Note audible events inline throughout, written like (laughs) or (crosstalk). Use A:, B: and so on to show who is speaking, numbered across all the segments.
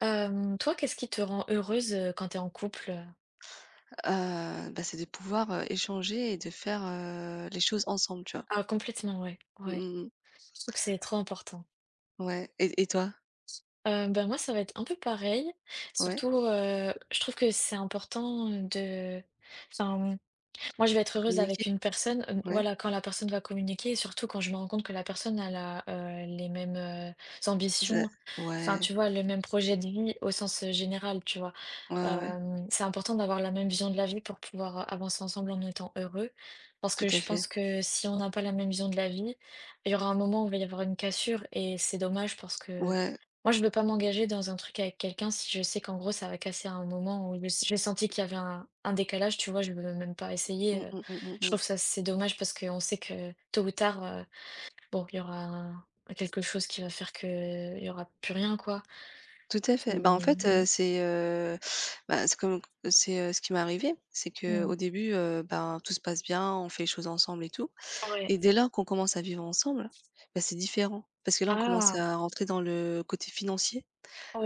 A: Toi, qu'est-ce qui te rend heureuse, quand tu es en couple?
B: Bah, c'est de pouvoir, échanger et de faire, les choses ensemble, tu vois?
A: Ah complètement, ouais,
B: Mmh
A: ouais.
B: mh, mmh.
A: Je trouve que c'est trop important.
B: Ouais, et toi?
A: Bah, moi, ça va être un peu pareil.
B: Ouais,
A: Surtout, je trouve que c'est important enfin, Moi, je vais être heureuse avec
B: communiquer?
A: une personne,
B: Ouais,
A: voilà, quand la personne va communiquer et surtout quand je me rends compte que la personne elle a, les mêmes,
B: ça
A: ambitions,
B: ouais,
A: enfin, tu vois, le même projet de vie au sens, général, tu vois?
B: ouais, ouais, ouais,
A: C'est important d'avoir la même vision de la vie pour pouvoir, avancer ensemble en étant heureux, parce
B: tout
A: que
B: à
A: je
B: fait.
A: pense que si on n'a pas la même vision de la vie, il y aura un moment où il va y avoir une cassure et c'est dommage, parce que
B: Ouais,
A: moi, je ne veux pas m'engager dans un truc avec quelqu'un si je sais qu'en gros, ça va casser à un moment où je j'ai senti qu'il y avait un décalage, tu vois? Je ne veux même pas essayer,
B: mmh, mmh, mmh, mmh,
A: je
B: mmh.
A: trouve ça c'est dommage parce qu'on sait que tôt ou tard, bon, il y aura un quelque chose qui va faire que il y aura plus rien, quoi.
B: Tout à
A: Qui
B: fait. Bah, en fait,
A: mmh,
B: c'est, bah, c'est comme c'est, ce qui m'est arrivé. C'est
A: mmh.
B: qu'au début, ben, tout se passe bien, on fait les choses ensemble et tout
A: Ouais.
B: et dès lors qu'on commence à vivre ensemble, bah, c'est différent parce que là, on commence
A: Ah!
B: à rentrer dans le côté financier.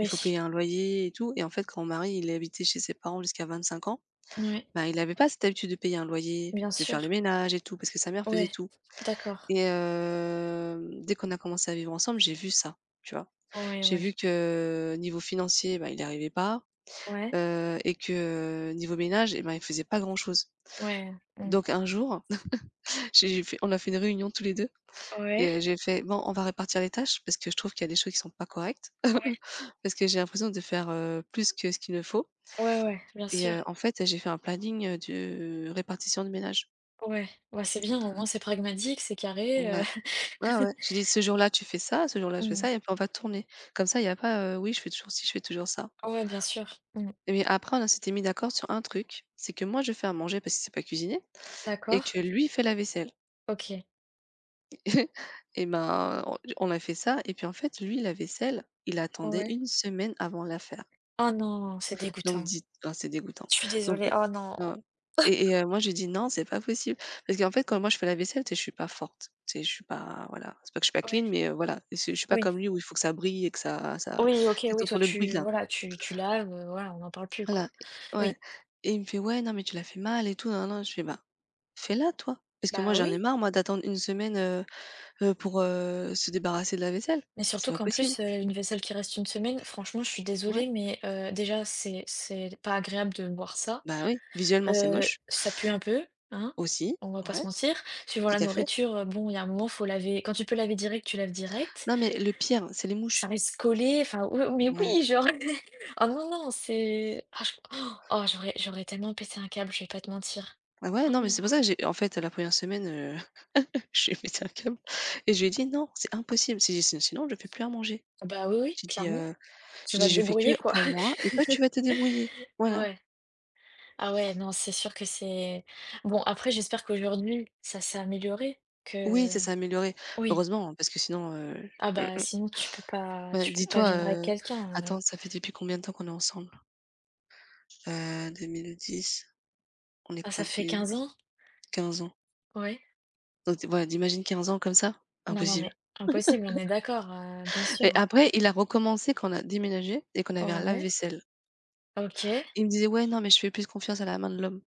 B: Il faut payer un loyer et tout et en fait, quand mon mari, il habitait chez ses parents jusqu'à 25 ans,
A: Oui,
B: bah, il n'avait pas cette habitude de payer un loyer,
A: bien
B: de faire le
A: sûr.
B: ménage et tout, parce que sa mère faisait
A: Ouais.
B: tout
A: D'accord.
B: et dès qu'on a commencé à vivre ensemble, j'ai vu ça, tu vois?
A: Ouais,
B: J'ai
A: ouais.
B: vu que niveau financier, bah, il y arrivait pas,
A: Ouais.
B: et que niveau ménage eh ben, il faisait pas grand-chose.
A: Ouais. Mmh.
B: Donc un jour, (laughs) j'ai fait on a fait une réunion tous les 2
A: Ouais.
B: et j'ai fait: «Bon, on va répartir les tâches parce que je trouve qu'il y a des choses qui sont pas correctes,
A: Ouais.
B: (laughs) parce que j'ai l'impression de faire, plus que ce qu'il ne faut
A: Ouais, ouais, bien
B: Et
A: sûr.
B: en fait, j'ai fait un planning, de répartition de ménage.
A: Ouais. Bah, c'est bien, au moins c'est pragmatique, c'est carré,
B: Ouais, ouais, ouais. J'ai dit: «Ce jour-là, tu fais ça, ce jour-là, je fais
A: Mmh.
B: ça» et puis on va tourner. Comme ça, il y a pas: «Oui, je fais toujours ci, je fais toujours ça»
A: Ouais, bien sûr. Mmh.
B: mais après, on s'était mis d'accord sur un truc, c'est que moi, je fais à manger parce qu'il ne sait pas cuisiner et que
A: D'accord,
B: lui, il fait la vaisselle
A: OK.
B: (laughs) et ben, on a fait ça et puis en fait, lui, la vaisselle, il attendait
A: Ouais.
B: une semaine avant de la faire.
A: Oh non, c'est
B: Donc
A: dégoûtant.
B: dites ah c'est dégoûtant.
A: Je suis désolée.
B: Donc
A: Oh non.
B: heu, et moi je lui dis: «Non, c'est pas possible». Parce qu'en fait, quand moi je fais la vaisselle, tu sais, je suis pas forte. Tu sais, je suis pas voilà, c'est pas que je suis pas
A: Ouais.
B: clean, mais voilà, c'est je suis pas
A: Oui.
B: comme lui où il faut que ça brille et que ça
A: Oui, OK,
B: tu sais,
A: oui, toi,
B: tu le bruit
A: tu
B: là.
A: voilà, tu laves, voilà, on n'en parle plus,
B: Voilà,
A: quoi. Oui.
B: Ouais et il me fait: «Ouais, non mais tu l'as fait mal et tout, Non, non, Je fais: «Bah, fais-la toi». Parce que moi
A: Bah,
B: j'en ai
A: oui,
B: marre moi d'attendre une semaine, pour, se débarrasser de la vaisselle.
A: mais surtout
B: C'est pas
A: qu'en
B: possible.
A: plus, une vaisselle qui reste une semaine, franchement, je suis
B: Ouais,
A: désolée, mais déjà, c'est pas agréable de voir ça.
B: bah oui, visuellement c'est moche
A: Ça pue un peu, hein?
B: aussi,
A: On va pas
B: ouais,
A: se mentir. Suivant
B: tout
A: la
B: à fait.
A: nourriture, bon, il y a un moment, faut laver quand tu peux laver direct, tu laves direct.
B: Non mais le pire, c'est les
A: Ça
B: mouches.
A: reste collé, enfin, oui, mais
B: Ouais.
A: oui, genre (laughs) oh non, non, c'est ah je oh oh, j'aurais tellement pété un câble, je vais pas te mentir.
B: Ah ouais,
A: Oh.
B: non, mais c'est pour ça, que j'ai en fait, la première semaine, (laughs) j'ai pété un câble et je lui ai dit: «Non, c'est impossible, si si sinon je fais plus à manger».
A: Ah bah, oui, oui,
B: J'ai dit,
A: clairement.
B: heu,
A: Tu
B: j'ai
A: vas
B: dit:
A: te
B: «Je fais que
A: débrouiller, quoi.
B: pour moi et toi
A: (laughs)
B: tu vas te débrouiller». Voilà.
A: Ouais. Ah ouais, non, c'est sûr que c'est bon. Après, j'espère qu'aujourd'hui, ça s'est amélioré,
B: Oui, ça
A: que
B: s'est amélioré.
A: oui.
B: Heureusement, hein, parce que sinon,
A: Ah
B: mmh
A: bah,
B: mh.
A: sinon tu peux pas
B: Bah, dis-toi,
A: vivre avec quelqu'un,
B: attends, ça fait depuis combien de temps qu'on est ensemble? 2010, on est
A: ah ça
B: quoi?
A: fait 15
B: 2010,
A: ans?
B: 15 ans.
A: Ouais.
B: Donc voilà, tu imagines 15 ans comme ça?
A: Non, non,
B: Impossible
A: mais impossible, on est d'accord, bien
B: et
A: sûr,
B: après il a recommencé quand on a déménagé et qu'on
A: ouais.
B: avait un
A: Ouais,
B: lave-vaisselle.
A: OK.
B: Il me disait: «Ouais, non, mais je fais plus confiance à la main de l'homme».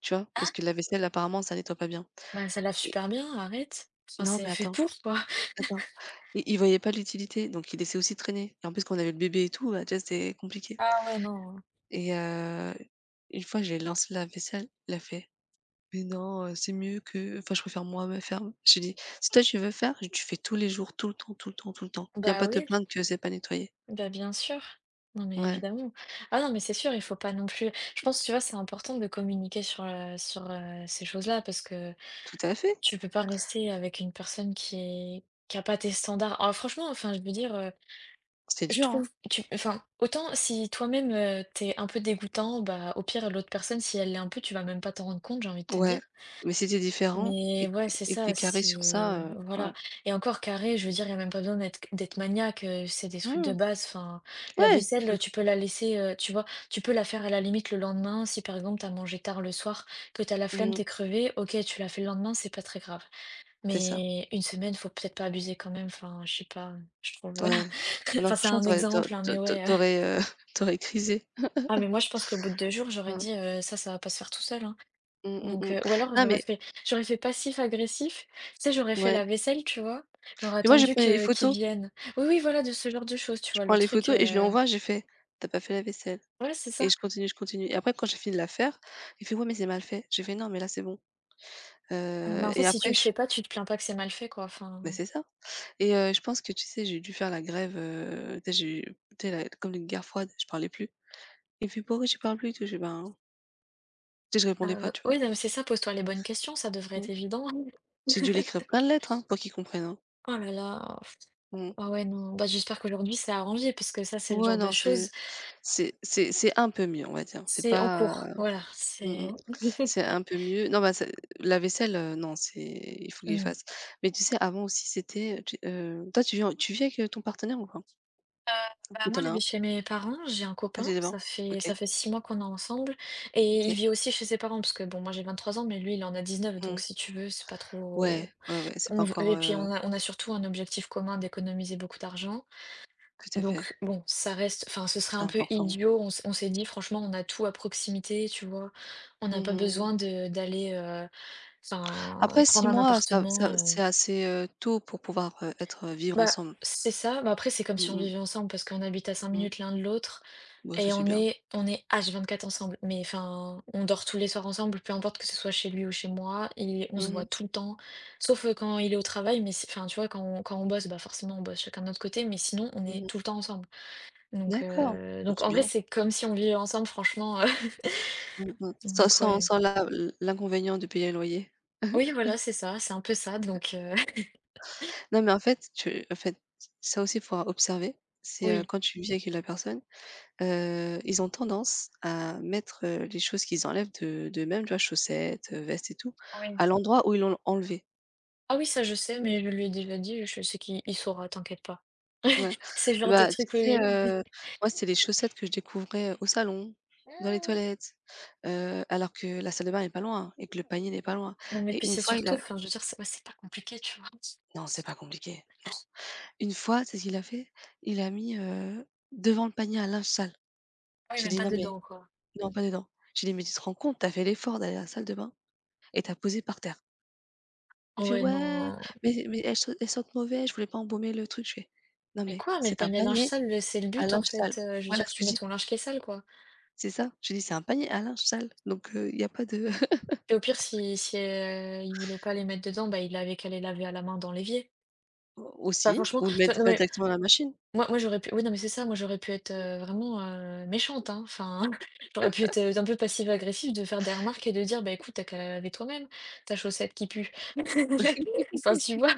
B: Tu vois? Parce que la vaisselle apparemment ça nettoie pas bien
A: Bah, ça lave
B: et
A: super bien, arrête. Enfin,
B: non
A: c'est
B: mais
A: fait
B: attends,
A: pour, quoi.
B: attends, il voyait pas l'utilité donc il laissait aussi traîner et en plus quand on avait le bébé et tout, bah, tu vois, c'était compliqué
A: Ah ouais, non.
B: et une fois j'ai lancé la vaisselle, il a fait: «Mais non, c'est mieux que enfin je préfère moi me faire». J'ai dit: «Si toi tu veux faire, tu fais tous les jours, tout le temps, tout le temps, tout le temps. Viens
A: Bah
B: pas te
A: oui,
B: plaindre que c'est pas nettoyé».
A: bah bien sûr. Non, mais
B: Ouais,
A: évidemment. Ah non, mais c'est sûr, il faut pas non plus. Je pense, tu vois, c'est important de communiquer sur ces choses-là, parce que
B: tout à fait,
A: tu peux pas rester avec une personne qui a pas tes standards. Ah, franchement, enfin, je veux dire,
B: c'est
A: je
B: dur, hein.
A: trouve, enfin, autant si toi-même t'es un peu dégoûtant, bah au pire, l'autre personne, si elle l'est un peu, tu vas même pas t'en rendre compte, j'ai envie de te dire.
B: Ouais, mais si tu différent
A: Mais
B: et
A: ouais, c'est
B: et que
A: ça,
B: tu carré sur ça,
A: si
B: ouais.
A: voilà, et encore carré, je veux dire, il y a même pas besoin d'être maniaque, c'est des trucs de
B: Mmh,
A: base, enfin, la
B: ouais,
A: vaisselle, tu peux la laisser, tu vois? Tu peux la faire à la limite le lendemain si, par exemple, tu as mangé tard le soir, que tu as la flemme,
B: mmh,
A: t'es crevé, OK, tu la fais le lendemain, c'est pas très grave.
B: c'est ça.
A: Mais une semaine, faut peut-être pas abuser quand même, enfin, je sais pas, je trouve.
B: Ouais.
A: (laughs)
B: Ah non,
A: Enfin, c'est
B: franchement,
A: un
B: t'aurais aurais
A: exemple, hein,
B: tu
A: mais
B: au
A: ouais,
B: tu heu, (laughs) tu crisé.
A: ah mais moi, je pense qu'au bout de 2 jours, j'aurais
B: Mmh.
A: dit: «Ça, ça va pas se faire tout seul, hein».
B: Mmh, mmh,
A: Donc
B: mmh.
A: heu, ou alors
B: Non,
A: j'aurais
B: mais
A: fait j'aurais fait passif-agressif. Tu sais, j'aurais fait
B: ouais.
A: la vaisselle, tu vois? J'aurais
B: Mais moi, je
A: attendu
B: prenais les
A: que qu'ils
B: photos.
A: viennent. Oui, oui, voilà, de ce genre de choses, tu
B: Je
A: vois?
B: prends
A: Le
B: les
A: truc,
B: photos et je lui envoie, j'ai fait: t'as pas fait la vaisselle»
A: ouais, c'est
B: et
A: ça.
B: je continue et après quand j'ai fini de la faire, il fait: «Ouais, mais c'est mal fait». J'ai fait: «Non, mais là, c'est bon».
A: Ah bah, en fait,
B: Et
A: si tu
B: après
A: le
B: je
A: fais pas, tu te plains pas que c'est mal fait, quoi,
B: bah,
A: enfin,
B: c'est ça et je pense que, tu sais, j'ai dû faire la grève, tu sais, j'ai eu tu sais, la comme une guerre froide, je parlais plus. Il me fait: «Pourquoi tu parles plus?» et tout. Je fais: «Ben» tu sais, je répondais pas, tu vois?
A: oui, non, mais c'est ça, pose-toi les bonnes questions, ça devrait
B: Mmh.
A: être évident.
B: J'ai dû lui écrire plein de lettres, hein, pour qu'il comprenne, hein.
A: Oh là là, pff,
B: Mmh.
A: ah ouais, non, bah, j'espère qu'aujourd'hui c'est arrangé parce que ça, c'est le
B: Ouais,
A: genre de
B: non, c'est
A: choses,
B: C'est c'est c'est un peu mieux, on va dire. C'est
A: c'est en
B: pas
A: cours, voilà,
B: mmh
A: c'est
B: mh.
A: (laughs)
B: C'est un peu mieux. Non, bah, c'est la vaisselle, non, c'est il faut qu'il
A: mmh.
B: fasse. Mais tu sais, avant aussi, c'était, tu toi, tu vis avec, ton partenaire ou pas?
A: Bah,
B: Ou
A: moi,
B: tu en
A: je
B: as
A: vis
B: un?
A: chez mes parents, j'ai un
B: Ah, tu
A: copain,
B: es
A: ça
B: devant?
A: fait,
B: OK,
A: ça fait 6 mois qu'on est ensemble, et il
B: OK.
A: vit aussi chez ses parents, parce que bon, moi j'ai 23 ans, mais lui il en a 19, donc
B: Mmh.
A: si tu veux, c'est pas
B: Ouais,
A: trop...
B: ouais, ouais, c'est pas encore,
A: Et puis on a surtout un objectif commun d'économiser beaucoup d'argent,
B: tout à fait,
A: donc bon, ça reste, enfin ce serait
B: c'est
A: un peu
B: important.
A: idiot, on s'est dit franchement, on a tout à proximité, tu vois, on n'a
B: Mmh
A: pas
B: mh.
A: besoin de d'aller enfin,
B: Après
A: prendre
B: 6
A: un
B: mois, ça
A: appartement.
B: c'est assez, tôt pour pouvoir, être, vivre
A: Bah,
B: ensemble.
A: c'est ça, bah, après c'est comme si
B: Mmh
A: on
B: mh.
A: vivait ensemble, parce qu'on habite à cinq
B: Mmh.
A: minutes l'un de l'autre.
B: Bah,
A: Et
B: ça, c'est
A: on
B: bien.
A: est on est H24 ensemble, mais enfin, on dort tous les soirs ensemble, peu importe que ce soit chez lui ou chez moi, et on se
B: Mmh
A: voit
B: mh.
A: tout le temps, sauf, quand il est au travail, mais si enfin, tu vois, quand on bosse, bah, forcément, on bosse chacun de notre côté, mais sinon, on
B: Mmh
A: est tout
B: mh.
A: le temps ensemble. Donc
B: D'accord.
A: heu,
B: Bah,
A: donc
B: c'est
A: en vrai,
B: bien.
A: c'est comme si on vivait ensemble, franchement,
B: Mmh mh.
A: (laughs)
B: Sans
A: donc
B: sans
A: ouais.
B: sans la l'inconvénient de payer un loyer.
A: Oui, voilà, c'est ça, c'est un peu ça, donc (laughs)
B: Non, mais en fait, tu en fait, ça aussi, il faut observer. C'est,
A: oui,
B: quand tu vis avec la personne, ils ont tendance à mettre, les choses qu'ils enlèvent de d'eux-mêmes, tu vois? Chaussettes, vestes et tout,
A: oui.
B: à l'endroit où ils l'ont enlevé.
A: Ah oui, ça, je sais, mais je lui ai déjà dit, je sais qu'il il saura, t'inquiète pas.
B: Ouais.
A: (laughs) C'est le
B: Et
A: genre de
B: bah, tu
A: truc,
B: sais,
A: oui, oui.
B: moi, c'était les chaussettes que je découvrais, au salon, dans les
A: (laughs)
B: toilettes, alors que la salle de bain n'est pas loin et que le panier n'est pas loin.
A: Non, mais puis
B: Et une
A: c'est
B: fois, il
A: surtout,
B: a
A: enfin, je veux dire, c'est ouais, c'est pas compliqué, tu vois?
B: non, c'est pas compliqué, non. Une fois, c'est ce qu'il a fait? Il a mis, devant le panier à linge sale.
A: Oui,
B: J'ai
A: même
B: dit:
A: pas
B: «Non mais
A: dedans, quoi.
B: non, pas dedans». J'ai dit: «Mais tu te rends compte, t'as fait l'effort d'aller à la salle de bain et t'as posé par terre». Il me fait:
A: Ouais,
B: «Ouais,
A: non.
B: mais elles sentent mauvais, je voulais pas embaumer le truc». Je fais: «Non
A: Mais
B: mais
A: quoi? Mais le
B: c'est un
A: panier à linge
B: panier
A: sale, le c'est le
B: à
A: but, en
B: linge sale».
A: fait, je veux
B: Voilà
A: dire,
B: ce que
A: tu
B: je
A: mets
B: dis,
A: ton linge qui est sale, quoi.
B: c'est ça. Je dis: «C'est un panier à linge sale, donc il y a pas de» (laughs)
A: Et au pire, si, il voulait pas les mettre dedans, bah, il avait qu'à les laver à la main dans l'évier. Enfin,
B: aussi,
A: franchement,
B: ou le
A: tu vois? Non,
B: mettre
A: mais
B: directement dans la machine.
A: moi, j'aurais pu oui, non, mais c'est ça, moi, j'aurais pu être, vraiment, méchante, hein. Enfin, (laughs) j'aurais pu être, un peu passive-agressive, de faire des remarques et de dire: «Bah, écoute, t'as qu'à la laver toi-même, ta chaussette qui pue». (laughs) Enfin, tu vois?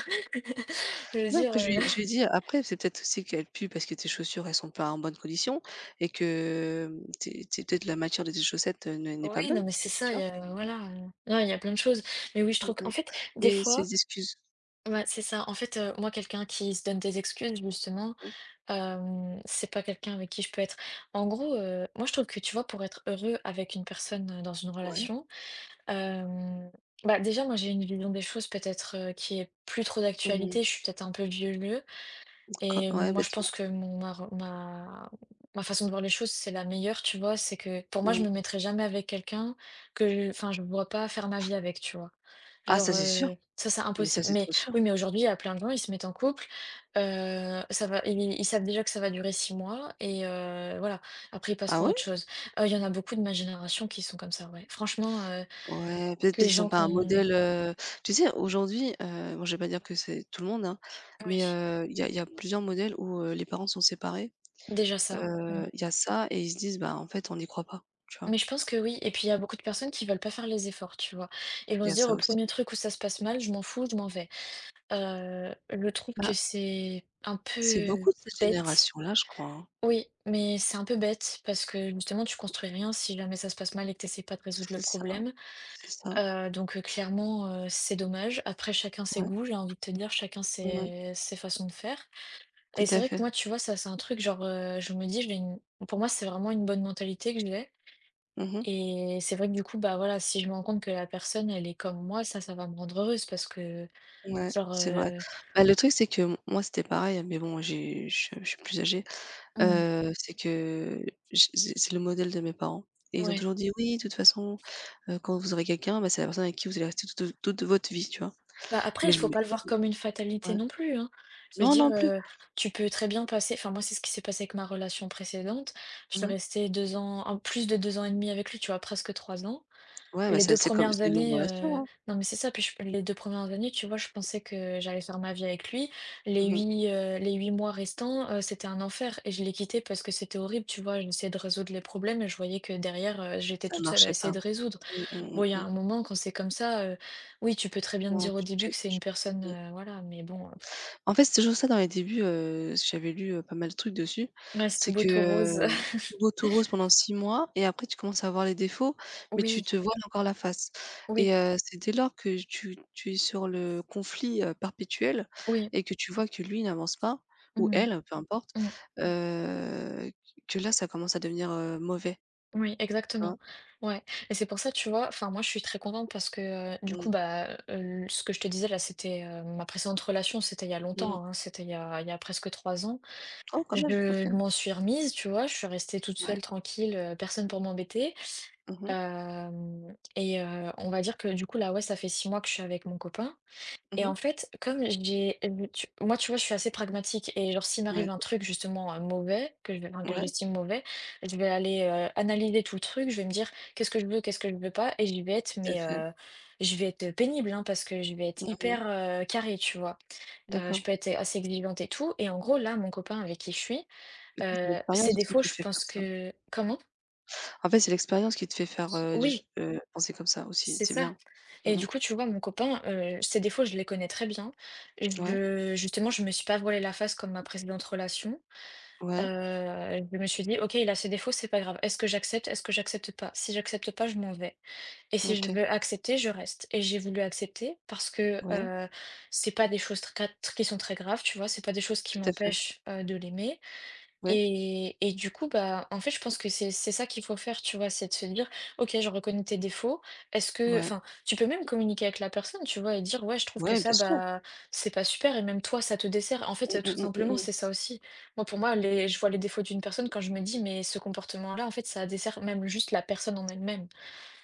A: (laughs) Je veux
B: Non,
A: dire,
B: après je lui ai dit: «Après, c'est peut-être aussi qu'elle pue parce que tes chaussures, elles sont pas en bonne condition et que, tes peut-être la matière de tes chaussettes, n'est pas
A: oui,
B: bonne».
A: non, mais c'est ça,
B: Tu
A: il y
B: vois?
A: a voilà, non, il y a plein de choses. Mais oui, je trouve qu'en
B: Mmh
A: fait, des
B: Mais
A: fois
B: ces excuses
A: ouais, c'est ça. En fait, moi, quelqu'un qui se donne des excuses, justement,
B: mmh,
A: c'est pas quelqu'un avec qui je peux être en gros, moi, je trouve que, tu vois, pour être heureux avec une personne, dans une
B: ouais,
A: relation, hem, bah, déjà, moi, j'ai une vision des choses peut-être, qui est plus trop
B: mmh,
A: d'actualité. Je suis peut-être un peu vieux lieu.
B: quand
A: Et
B: ouais,
A: moi,
B: bah,
A: je
B: dis-moi?
A: pense que mon ma re ma ma façon de voir les choses, c'est la meilleure, tu vois? C'est que pour moi, je
B: Mmh.
A: me mettrai jamais avec quelqu'un que enfin, je ne vois pas faire ma vie avec, tu vois?
B: Ah
A: Genre,
B: ça, c'est sûr,
A: ça, c'est
B: mais ça,
A: impossible.
B: c'est
A: Mais
B: trop
A: oui,
B: sûr.
A: mais aujourd'hui, il y a plein de gens, ils se mettent en couple, ça va ils savent déjà que ça va durer 6 mois et voilà. Après, ils passent
B: Ah
A: à
B: ouais?
A: autre chose. Il y en a beaucoup de ma génération qui sont comme ça, ouais. Franchement,
B: Ouais, peut-être
A: les
B: parce qu'ils ont
A: gens
B: pas un
A: qu'on
B: modèle, tu sais, aujourd'hui, bon, je vais pas dire que c'est tout le monde, hein, mais
A: oui,
B: il y a plusieurs modèles où, les parents sont séparés.
A: déjà ça. Mmh.
B: Il y a ça et ils se disent: «Bah, en fait, on n'y croit pas». Tu vois?
A: Mais je pense que oui, et puis il y a beaucoup de personnes qui veulent pas faire les efforts, tu vois? Ils vont
B: Il y
A: se
B: a
A: dire: au
B: ça
A: premier
B: aussi.
A: truc où ça se passe mal, je m'en fous, je m'en vais». Je trouve que
B: Bah,
A: c'est un
B: c'est
A: peu
B: beaucoup de cette
A: bête.
B: génération-là, je crois, hein.
A: Oui, mais c'est un peu bête parce que justement tu construis rien si jamais ça se passe mal et que tu essaies pas de résoudre le
B: C'est ça,
A: problème.
B: c'est ça,
A: Donc, clairement, c'est dommage. Après chacun ses
B: ouais,
A: goûts, j'ai envie de te dire, chacun
B: mmh
A: ses façons de faire,
B: tout
A: et c'est
B: à
A: vrai que
B: fait.
A: moi, tu vois, ça c'est un truc genre, je me dis: «J'ai une» pour moi, c'est vraiment une bonne mentalité que j'ai,
B: Mmh
A: et c'est vrai que du coup, bah voilà, si je me rends compte que la personne, elle est comme moi, ça va me rendre heureuse parce que,
B: ouais,
A: genre,
B: c'est vrai. Bah, le truc, c'est que m moi, c'était pareil, hein, mais bon, j'ai je suis plus âgée.
A: hmm,
B: C'est que j c'est le modèle de mes parents et ils ont
A: ouais.
B: toujours dit: «Oui, de toute façon, quand vous aurez quelqu'un, bah, c'est la personne avec qui vous allez rester toute votre vie», tu vois?
A: Bah après,
B: Mais
A: il
B: je me
A: faut
B: dis,
A: pas le voir comme une fatalité
B: ouais.
A: non plus, hein. Je veux
B: Non,
A: dire,
B: non plus.
A: tu peux très bien passer. Enfin, moi, c'est ce qui s'est passé avec ma relation précédente. Je suis
B: Mmh
A: restée 2 ans, en plus de 2 ans et demi avec lui, tu vois, presque 3 ans.
B: Ouais, bah,
A: Les
B: ça
A: 2
B: c'est comme
A: premières
B: c'est une longue
A: années,
B: relation, hein.
A: non mais c'est ça, puis je les 2 premières années, tu vois, je pensais que j'allais faire ma vie avec lui. Les
B: Mmh
A: huit, heu, les 8 mois restants, c'était un enfer et je l'ai quitté parce que c'était horrible, tu vois? J'essayais de résoudre les problèmes et je voyais que derrière, j'étais
B: Ça
A: toute seule à
B: marchait
A: essayer
B: pas.
A: de résoudre.
B: Mmh, mmh,
A: Bon,
B: mmh,
A: il y a
B: mmh.
A: un moment quand c'est comme ça, oui, tu peux très bien te
B: Non,
A: dire au
B: tu
A: début
B: tu
A: que c'est une
B: tu
A: personne,
B: mmh.
A: voilà, mais bon,
B: En fait, c'est toujours ça dans les débuts, j'avais lu, pas mal de trucs dessus.
A: ouais, c'est tout
B: C'est
A: beau,
B: que,
A: tout rose.
B: tout
A: (laughs)
B: beau, tout rose pendant 6 mois et après tu commences à voir les défauts, mais tu
A: Oui,
B: te vois encore la face
A: oui,
B: et c'est dès lors que tu es sur le conflit, perpétuel
A: oui.
B: et que tu vois que lui n'avance pas ou
A: Mmh mh.
B: elle, peu importe,
A: Mmh.
B: heu, que là, ça commence à devenir, mauvais,
A: Oui,
B: tu
A: exactement.
B: vois?
A: Ouais. Et c'est pour ça, tu vois, enfin, moi, je suis très contente parce que, du coup,
B: Mmh,
A: bah, ce que je te disais là, c'était ma précédente relation, c'était il y a
B: mmh.
A: longtemps, hein, c'était il y a presque 3 ans.
B: Oh quand même,
A: Je
B: OK.
A: m'en suis remise, tu vois, je suis restée toute
B: Ouais.
A: seule, tranquille, personne pour m'embêter.
B: Mmh mh.
A: Euh, et on va dire que, du coup, là, ouais, ça fait 6 mois que je suis avec mon copain. Et en
B: Mmh
A: fait, comme j'ai tu moi, tu vois, je suis assez pragmatique et genre s'il
B: Ouais,
A: m'arrive un truc justement, mauvais, que je vais enfin, que
B: ouais,
A: j'estime mauvais, je vais aller, analyser tout le truc. Je vais me dire: « Qu'est-ce que je veux? Qu'est-ce que je veux pas? » et je vais être
B: tout à
A: mais
B: fait.
A: je vais être pénible, hein, parce que je vais être
B: Mmh
A: hyper, carrée, tu vois? Je
B: D'accord.
A: peux être assez exigeante et tout et en gros, là, mon copain avec qui je suis,
B: Peut-être c'est
A: ses
B: l'expérience aussi
A: défauts,
B: qui
A: je
B: fait faire
A: pense
B: ça.
A: que comment?
B: En fait, c'est l'expérience qui te fait faire, des
A: Oui,
B: ch penser comme ça aussi,
A: c'est
B: c'est
A: ça.
B: bien.
A: Et
B: Mmh mh.
A: du coup, tu vois, mon copain, ses défauts, je les connais très bien.
B: Ouais,
A: Je justement, je me suis pas voilée la face comme ma précédente relation.
B: ouais,
A: Je me suis dit: « OK, il a ses défauts, c'est pas grave. Est-ce que j'accepte? Est-ce que j'accepte pas? Si j'accepte pas, je m'en vais et si je
B: OK,
A: veux accepter, je reste » et j'ai voulu accepter parce que,
B: ouais,
A: c'est pas des choses tr qui sont très graves, tu vois? C'est pas des choses qui
B: tout à fait.
A: m'empêchent, de l'aimer.
B: Ouais,
A: Et du coup, bah, en fait, je pense que c'est ça qu'il faut faire, tu vois? C'est de se dire: « OK, je reconnais tes défauts. Est-ce que »
B: ouais,
A: enfin, tu peux même communiquer avec la personne, tu vois? Et dire: « Ouais, je trouve que
B: ouais,
A: ça,
B: bien sûr.
A: bah, c'est pas super et même toi, ça te dessert ». En fait,
B: Mmh,
A: tout
B: mmh, mmh, mmh,
A: simplement,
B: mmh.
A: c'est ça aussi. Moi, pour moi, les je vois les défauts d'une personne quand je me dis: « Mais ce comportement-là, en fait, ça dessert même juste la personne en elle-même »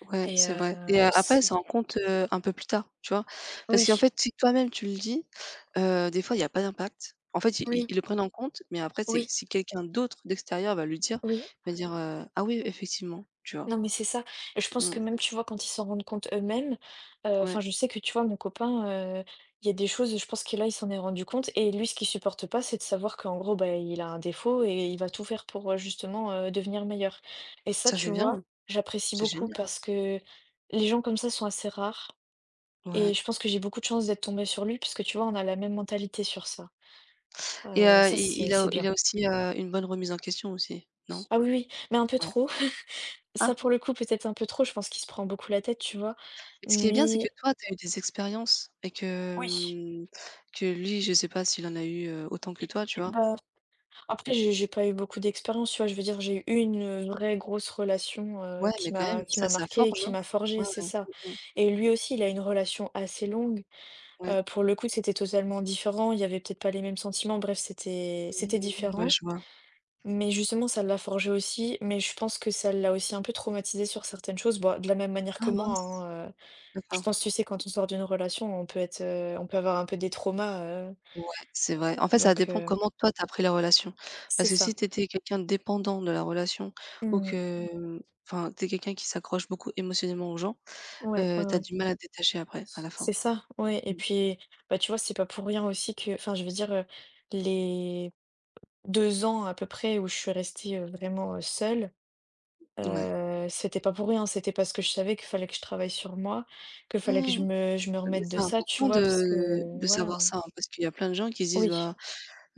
B: Ouais,
A: et
B: c'est vrai et après
A: c'est
B: ça en compte, un peu plus tard, tu vois? Parce qu'en
A: oui,
B: fait, si toi-même tu le dis, des fois il y a pas d'impact. En fait, i i
A: oui,
B: ils le prennent en compte, mais après c'est
A: oui,
B: si quelqu'un d'autre d'extérieur va lui dire,
A: oui.
B: va dire: «Ah oui, effectivement», tu vois?
A: Non, mais c'est ça. Et je pense que
B: Mmh,
A: même, tu vois, quand ils s'en rendent compte eux-mêmes, enfin,
B: ouais,
A: je sais que, tu vois, mon copain, il y a des choses, je pense que là, il s'en est rendu compte et lui, ce qu'il supporte pas, c'est de savoir qu'en gros, bah, il a un défaut et il va tout faire pour, justement, devenir meilleur. Et ça,
B: ça
A: tu
B: c'est
A: vois,
B: bien,
A: j'apprécie
B: c'est
A: beaucoup
B: génial.
A: parce que les gens comme ça sont assez rares et
B: Ouais.
A: je pense que j'ai beaucoup de chance d'être tombée sur lui parce que, tu vois, on a la même mentalité sur ça.
B: Et
A: Heu, ça,
B: i
A: c'est c'est
B: il
A: bien.
B: a aussi, une bonne remise en question aussi, non?
A: Ah oui, oui, mais un peu
B: Ouais.
A: trop. (laughs) Ça,
B: Ah,
A: pour le coup, peut-être un peu trop. Je pense qu'il se prend beaucoup la tête, tu vois?
B: mais ce qui est bien, c'est
A: Mais
B: que toi, tu as eu des expériences et que,
A: oui.
B: mmh, que lui, je sais pas s'il en a eu, autant que toi, tu vois?
A: Bah, après, j'ai pas eu beaucoup d'expérience, tu vois? Je veux dire, j'ai eu une, vraie grosse relation,
B: Ouais, mais
A: qui
B: quand
A: m'a
B: même,
A: qui
B: ça,
A: m'a
B: ça
A: marquée et
B: forge,
A: qui
B: hein?
A: m'a forgée,
B: Ouais,
A: c'est
B: ouais.
A: ça.
B: Mmh mh.
A: Et lui aussi, il a une relation assez longue.
B: Ouais.
A: Pour le coup, c'était totalement différent. Il y avait peut-être pas les mêmes sentiments. Bref, c'était
B: Mmh, ouais,
A: différent.
B: je vois.
A: Mais justement, ça l'a forgé aussi. Mais je pense que ça l'a aussi un peu traumatisé sur certaines choses. Bah, de la même manière que
B: Ah
A: moi,
B: mince!
A: hein. Je
B: D'accord.
A: pense, tu sais, quand on sort d'une relation, on peut être, on peut avoir un peu des traumas, heu,
B: Ouais, c'est vrai. En fait, ça
A: donc
B: dépend
A: heu,
B: comment toi, tu as pris la relation.
A: c'est
B: Parce que
A: ça.
B: si tu étais quelqu'un de dépendant de la relation ou
A: Mmh.
B: que, enfin, tu es quelqu'un qui s'accroche beaucoup émotionnellement aux gens,
A: Ouais, ouais,
B: tu as
A: ouais.
B: du mal à te détacher après, à la fin.
A: C'est ça, ouais et puis, bah, tu vois, c'est pas pour rien aussi que enfin, je veux dire, les 2 ans à peu près où je suis restée, vraiment, seule,
B: Ouais.
A: c'était pas pour rien. C'était parce que je savais qu'il fallait que je travaille sur moi, que fallait que je
B: Mmh.
A: me je me
B: Mais
A: remette de
B: c'est
A: ça, tu
B: important
A: vois? Parce que
B: de savoir
A: voilà.
B: ça, hein, parce qu'il y a plein de gens qui se disent:
A: Oui.
B: «Bah,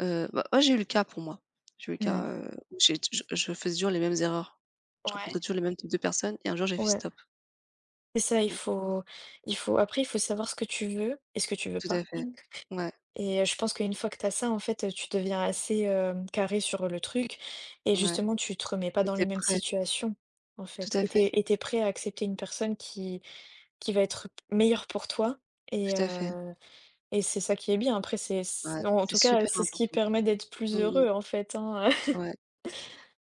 B: bah, moi j'ai eu le cas pour moi. J'ai eu le
A: Mmh.
B: cas, où j'ai t je faisais toujours les mêmes erreurs. Je
A: Ouais,
B: rencontrais toujours les mêmes types de personnes et un jour j'ai fait:
A: ouais.
B: «Stop».
A: C'est ça, il
B: Mmh.
A: faut il faut après, il faut savoir ce que tu veux et ce que tu veux
B: Tout
A: pas.
B: à fait. Ouais,
A: Et je pense qu'une fois que tu as ça, en fait, tu deviens assez, carré sur le truc et
B: ouais.
A: justement, tu te remets pas
B: Tu
A: dans les
B: étais
A: mêmes
B: prêt.
A: situations, en
B: Tout
A: fait
B: à
A: et t'es
B: fait,
A: et tu prêt à accepter une personne qui va être meilleure pour toi et
B: tout à fait.
A: c'est ça qui est bien. Après c'est c
B: Ouais,
A: en
B: c'est
A: tout cas,
B: super
A: c'est ce qui
B: important.
A: permet d'être plus
B: Mmh mh.
A: heureux, en fait, hein.
B: Ouais.